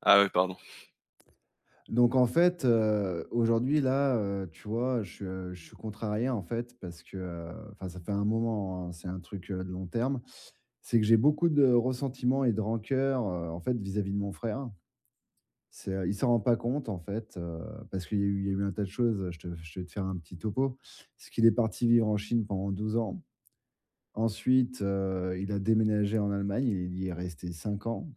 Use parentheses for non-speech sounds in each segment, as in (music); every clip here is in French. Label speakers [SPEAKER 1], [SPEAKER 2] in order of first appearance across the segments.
[SPEAKER 1] Ah ouais, pardon.
[SPEAKER 2] Donc en fait, aujourd'hui là, tu vois, je suis contrarié en fait parce que, enfin ça fait un moment, hein, c'est un truc, de long terme. C'est que j'ai beaucoup de ressentiments et de rancœur, en fait vis-à-vis de mon frère. C'est, il s'en rend pas compte en fait, parce qu'il y a eu un tas de choses, je vais te faire un petit topo. C'est qu'il est parti vivre en Chine pendant 12 ans. Ensuite, il a déménagé en Allemagne, il y est resté 5 ans.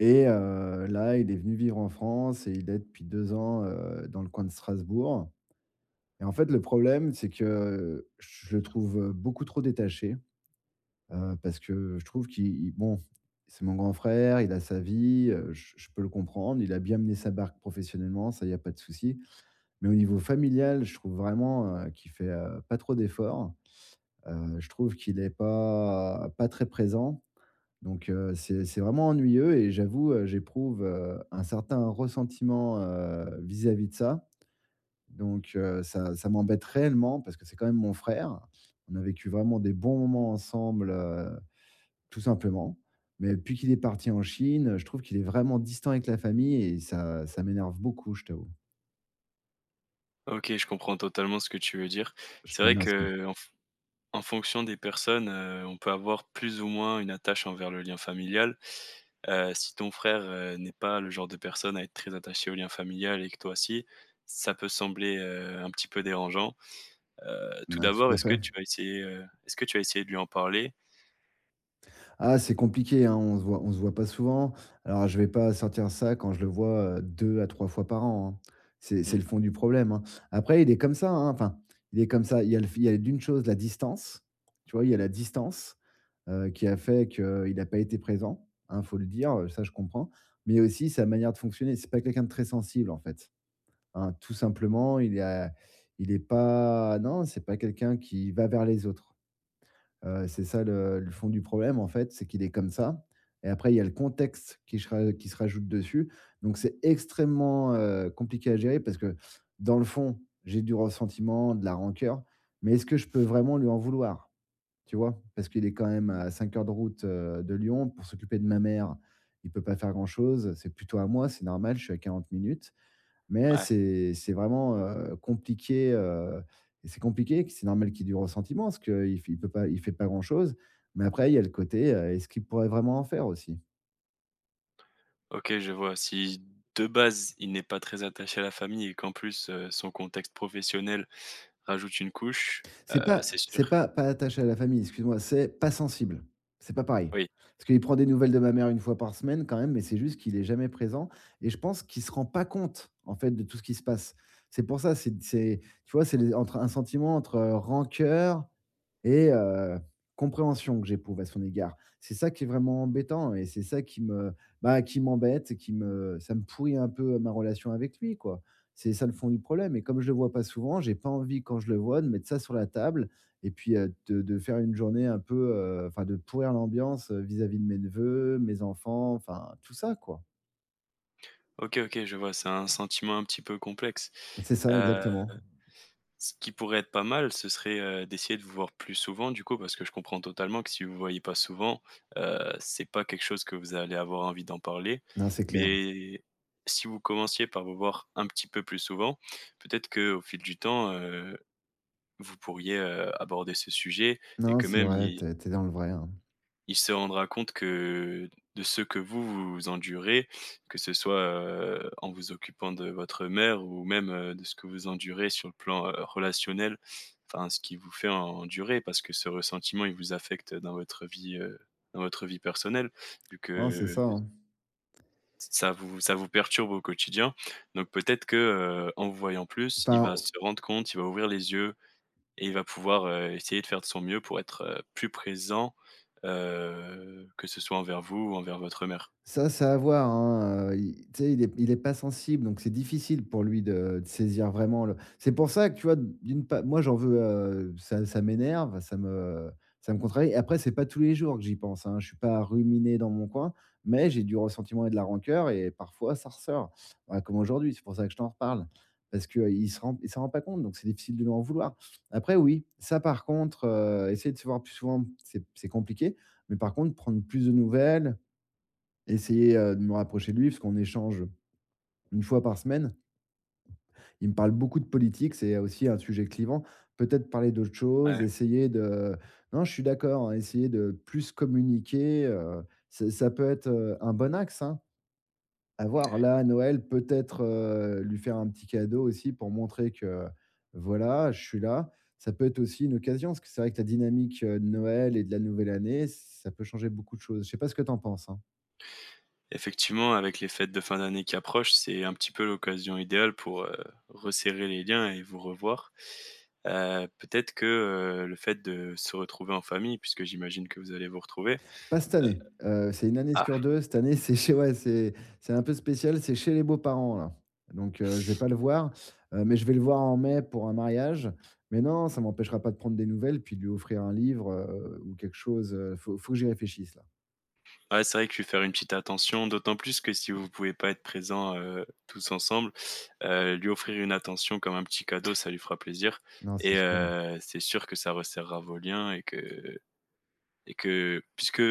[SPEAKER 2] Et là, il est venu vivre en France et il est depuis 2 ans, dans le coin de Strasbourg et en fait, le problème, c'est que je le trouve, beaucoup trop détaché, parce que je trouve qu'il il bon, c'est mon grand frère, il a sa vie, je peux le comprendre. Il a bien mené sa barque professionnellement, ça, il y a pas de souci. Mais au niveau familial, je trouve vraiment, qu'il fait, pas trop d'efforts. Je trouve qu'il est pas très présent donc c'est vraiment ennuyeux et j'avoue, j'éprouve, un certain ressentiment, vis-à-vis de ça. Donc ça m'embête réellement parce que c'est quand même mon frère. On a vécu vraiment des bons moments ensemble, tout simplement. Mais depuis qu'il est parti en Chine, je trouve qu'il est vraiment distant avec la famille et ça m'énerve beaucoup, je t'avoue.
[SPEAKER 1] OK, je comprends totalement ce que tu veux dire.
[SPEAKER 2] Je
[SPEAKER 1] C'est
[SPEAKER 2] te
[SPEAKER 1] vrai
[SPEAKER 2] remercie.
[SPEAKER 1] qu'en f en fonction des personnes, on peut avoir plus ou moins une attache envers le lien familial. Si ton frère, n'est pas le genre de personne à être très attaché au lien familial et que toi aussi, ça peut sembler, un petit peu dérangeant. Tout
[SPEAKER 2] Ouais, tout
[SPEAKER 1] d'abord,
[SPEAKER 2] à fait.
[SPEAKER 1] est-ce que tu as essayé de lui en parler?
[SPEAKER 2] Ah, c'est compliqué, hein, on se voit pas souvent. Alors je vais pas sortir ça quand je le vois, deux à 3 fois par an, hein. C'est
[SPEAKER 1] Mmh,
[SPEAKER 2] le fond du problème, hein. Après il est comme ça, hein, enfin, il est comme ça. Il y a d'une chose la distance, tu vois? Il y a la distance, qui a fait qu'il n'a pas été présent, hein, faut le dire, ça je comprends. Mais aussi sa manière de fonctionner, c'est pas quelqu'un de très sensible en fait, hein. Tout simplement, il est pas non, c'est pas quelqu'un qui va vers les autres. C'est ça le fond du problème, en fait, c'est qu'il est comme ça et après il y a le contexte qui se rajoute dessus. Donc c'est extrêmement, compliqué à gérer parce que dans le fond, j'ai du ressentiment, de la rancœur, mais est-ce que je peux vraiment lui en vouloir? Tu vois? Parce qu'il est quand même à 5 heures de route, de Lyon. Pour s'occuper de ma mère, il peut pas faire grand-chose. C'est plutôt à moi, c'est normal, je suis à 40 minutes. Mais
[SPEAKER 1] ouais,
[SPEAKER 2] c'est vraiment, compliqué, et c'est compliqué, que c'est normal qu'il y ait du ressentiment parce qu'il fait pas grand-chose. Mais après, il y a le côté, est-ce qu'il pourrait vraiment en faire aussi?
[SPEAKER 1] OK, je vois. Si de base, il n'est pas très attaché à la famille et qu'en plus, son contexte professionnel rajoute une couche,
[SPEAKER 2] C'est pas
[SPEAKER 1] c'est
[SPEAKER 2] c'est
[SPEAKER 1] sûr.
[SPEAKER 2] pas pas attaché à la famille, excuse-moi, c'est pas sensible. C'est pas pareil.
[SPEAKER 1] Oui.
[SPEAKER 2] Parce qu'il prend des nouvelles de ma mère une fois par semaine quand même, mais c'est juste qu'il est jamais présent et je pense qu'il se rend pas compte, en fait, de tout ce qui se passe. C'est pour ça, c'est tu vois, c'est les entre un sentiment entre rancœur, et compréhension que j'éprouve à son égard. C'est ça qui est vraiment embêtant et c'est ça qui me bah, qui m'embête, qui me ça me pourrit un peu ma relation avec lui, quoi. C'est ça le fond du problème et comme je le vois pas souvent, j'ai pas envie quand je le vois de mettre ça sur la table et puis, de faire une journée un peu, enfin de pourrir l'ambiance, vis-à-vis de mes neveux, mes enfants, enfin tout ça, quoi.
[SPEAKER 1] OK, OK, je vois, c'est un sentiment un petit peu complexe.
[SPEAKER 2] C'est ça,
[SPEAKER 1] Heu,
[SPEAKER 2] exactement.
[SPEAKER 1] ce qui pourrait être pas mal, ce serait, d'essayer de vous voir plus souvent du coup, parce que je comprends totalement que si vous vous voyez pas souvent, c'est pas quelque chose que vous allez avoir envie d'en parler.
[SPEAKER 2] Non, c'est clair.
[SPEAKER 1] Mais si vous commenciez par vous voir un petit peu plus souvent, peut-être que au fil du temps, vous pourriez, aborder ce sujet et
[SPEAKER 2] Non,
[SPEAKER 1] que
[SPEAKER 2] c'est
[SPEAKER 1] même
[SPEAKER 2] vrai,
[SPEAKER 1] il
[SPEAKER 2] t'es es dans le vrai, hein.
[SPEAKER 1] Il se rendra compte que de ce que vous, vous endurez, que ce soit, en vous occupant de votre mère ou même, de ce que vous endurez sur le plan, relationnel, enfin ce qui vous fait endurer parce que ce ressentiment, il vous affecte dans votre vie personnelle vu
[SPEAKER 2] Non, c'est
[SPEAKER 1] que
[SPEAKER 2] ça, hein.
[SPEAKER 1] ça vous perturbe au quotidien. Donc peut-être que, en vous voyant plus, il
[SPEAKER 2] Enfin,
[SPEAKER 1] va se rendre compte, il va ouvrir les yeux, et il va pouvoir, essayer de faire de son mieux pour être, plus présent, que ce soit envers vous ou envers votre mère.
[SPEAKER 2] Ça à voir, hein, il tu sais, il est pas sensible, donc c'est difficile pour lui de saisir vraiment le c'est pour ça que tu vois, d'une pa moi j'en veux, ça m'énerve, ça me contrarie et après c'est pas tous les jours que j'y pense, hein. Je suis pas à ruminer dans mon coin, mais j'ai du ressentiment et de la rancœur et parfois ça ressort. Voilà, comme aujourd'hui, c'est pour ça que je t'en reparle parce qu'il s'en rend pas compte, donc c'est difficile de lui en vouloir. Après oui, ça par contre, essayer de se voir plus souvent, c'est compliqué, mais par contre prendre plus de nouvelles, essayer, de me rapprocher de lui parce qu'on échange une fois par semaine. Il me parle beaucoup de politique, c'est aussi un sujet clivant. Peut-être parler d'autres choses,
[SPEAKER 1] Ouais.
[SPEAKER 2] essayer de non, je suis d'accord, hein, essayer de plus communiquer, c'est ça peut être, un bon axe, hein, à voir. Là, à Noël, peut-être, lui faire un petit cadeau aussi pour montrer que, voilà, je suis là. Ça peut être aussi une occasion, parce que c'est vrai que la dynamique, de Noël et de la nouvelle année, ça peut changer beaucoup de choses. Je sais pas ce que tu en penses, hein?
[SPEAKER 1] Effectivement, avec les fêtes de fin d'année qui approchent, c'est un petit peu l'occasion idéale pour, resserrer les liens et vous revoir. Peut-être que, le fait de se retrouver en famille, puisque j'imagine que vous allez vous retrouver.
[SPEAKER 2] Pas cette année, c'est une année sur 2. Cette année, (laughs) c'est chez ouais, c'est un peu spécial, c'est chez les beaux-parents, là. Donc je vais pas le voir, mais je vais le voir en mai pour un mariage. Mais non, ça m'empêchera pas de prendre des nouvelles, puis de lui offrir un livre, ou quelque chose, faut que j'y réfléchisse, là.
[SPEAKER 1] Ouais, c'est vrai qu'il faut faire une petite attention, d'autant plus que si vous pouvez pas être présents, tous ensemble, lui offrir une attention comme un petit cadeau, ça lui fera plaisir
[SPEAKER 2] Non, c'est
[SPEAKER 1] et
[SPEAKER 2] sûr.
[SPEAKER 1] c'est sûr que ça resserrera vos liens et que puisque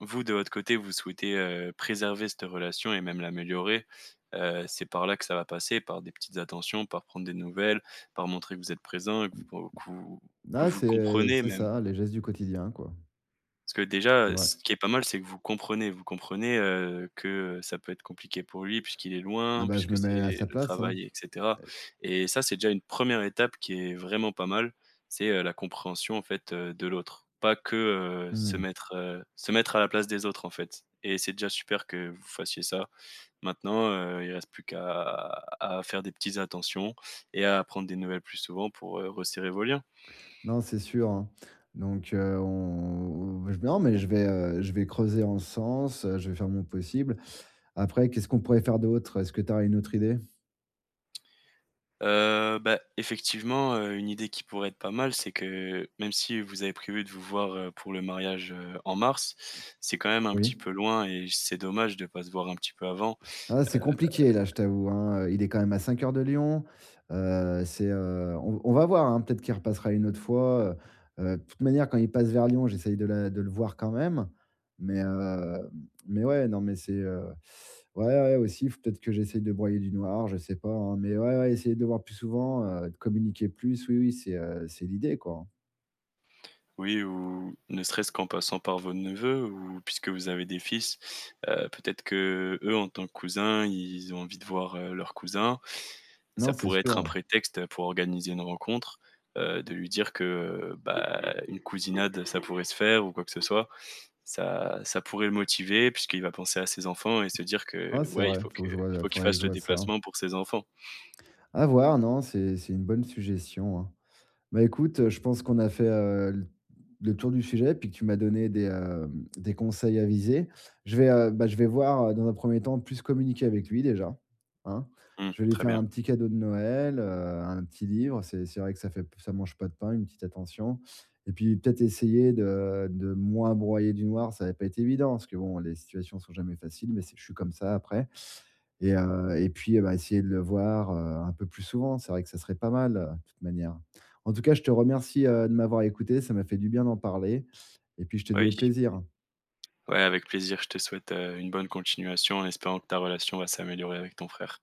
[SPEAKER 1] vous, de votre côté, vous souhaitez, préserver cette relation et même l'améliorer, c'est par là que ça va passer, par des petites attentions, par prendre des nouvelles, par montrer que vous êtes présent, et que vous que
[SPEAKER 2] Là
[SPEAKER 1] vous le
[SPEAKER 2] c'est
[SPEAKER 1] comprenez
[SPEAKER 2] c'est
[SPEAKER 1] même.
[SPEAKER 2] ça, les gestes du quotidien, quoi.
[SPEAKER 1] Parce que
[SPEAKER 2] C'est
[SPEAKER 1] déjà,
[SPEAKER 2] vrai.
[SPEAKER 1] ce qui est pas mal, c'est que vous comprenez. Vous comprenez, que, ça peut être compliqué pour lui puisqu'il est
[SPEAKER 2] Ah
[SPEAKER 1] loin,
[SPEAKER 2] bah, je
[SPEAKER 1] puisque
[SPEAKER 2] me
[SPEAKER 1] c'est
[SPEAKER 2] mets à sa
[SPEAKER 1] le
[SPEAKER 2] place, hein.
[SPEAKER 1] travail et cetera et ça, c'est déjà une première étape qui est vraiment pas mal. C'est, la compréhension, en fait, de l'autre. Pas que,
[SPEAKER 2] Mmh.
[SPEAKER 1] se mettre à la place des autres, en fait et c'est déjà super que vous fassiez ça. Maintenant, il reste plus qu'à à faire des petites attentions et à prendre des nouvelles plus souvent pour, resserrer vos liens.
[SPEAKER 2] Non, c'est sûr, hein. Donc, on je non, mais je vais creuser en ce sens, je vais faire mon possible. Après, qu'est-ce qu'on pourrait faire d'autre? Est-ce que tu as une autre idée?
[SPEAKER 1] Bah, effectivement, une idée qui pourrait être pas mal, c'est que même si vous avez prévu de vous voir, pour le mariage, en mars, c'est quand même un petit
[SPEAKER 2] Oui.
[SPEAKER 1] peu loin et c'est dommage de pas se voir un petit peu avant.
[SPEAKER 2] Ah, c'est compliqué là, je t'avoue, hein, il est quand même à cinq heures de Lyon, on va voir, hein, peut-être qu'il repassera une autre fois, de toute manière quand il passe vers Lyon, j'essaye de le voir quand même, mais, heu, mais ouais, non, mais ouais, ouais, aussi, faut peut-être que j'essaye de broyer du noir, je sais pas, hein, mais ouais, ouais, essayer de le voir plus souvent, de communiquer plus, oui, oui, c'est l'idée, quoi.
[SPEAKER 1] Oui, ou ne serait-ce qu'en passant par vos neveux ou puisque vous avez des fils, peut-être que eux en tant que cousins, ils ont envie de voir, leur cousin.
[SPEAKER 2] Non,
[SPEAKER 1] Ça
[SPEAKER 2] c'est
[SPEAKER 1] pourrait être un
[SPEAKER 2] sûr.
[SPEAKER 1] prétexte pour organiser une rencontre, de lui dire que, bah, une cousinade, ça pourrait se faire ou quoi que ce soit. Ça pourrait le motiver puisqu'il va penser à ses enfants et se dire
[SPEAKER 2] Ah,
[SPEAKER 1] que,
[SPEAKER 2] c'est
[SPEAKER 1] ouais, il
[SPEAKER 2] vrai,
[SPEAKER 1] faut
[SPEAKER 2] faut
[SPEAKER 1] que
[SPEAKER 2] que je vois
[SPEAKER 1] il faut qu'il
[SPEAKER 2] faudrait que
[SPEAKER 1] fasse
[SPEAKER 2] je
[SPEAKER 1] le
[SPEAKER 2] voie ça.
[SPEAKER 1] déplacement pour ses enfants.
[SPEAKER 2] À voir, non, c'est une bonne suggestion, hein. Bah, écoute, je pense qu'on a fait, l le tour du sujet, puis que tu m'as donné des, des conseils avisés. Je vais, je vais voir, dans un premier temps, plus communiquer avec lui déjà, hein.
[SPEAKER 1] Mmh,
[SPEAKER 2] Je vais lui
[SPEAKER 1] très
[SPEAKER 2] faire
[SPEAKER 1] bien.
[SPEAKER 2] un petit cadeau de Noël, un petit livre, c'est vrai que ça mange pas de pain, une petite attention et puis peut-être essayer de moins broyer du noir, ça va pas été évident parce que bon, les situations sont jamais faciles, mais c'est je suis comme ça après. Et puis, essayer de le voir, un peu plus souvent. C'est vrai que ça serait pas mal, de toute manière. En tout cas, je te remercie, de m'avoir écouté. Ça m'a fait du bien d'en parler et puis je te dis
[SPEAKER 1] Oui.
[SPEAKER 2] au plaisir.
[SPEAKER 1] Ouais, avec plaisir. Je te souhaite, une bonne continuation en espérant que ta relation va s'améliorer avec ton frère.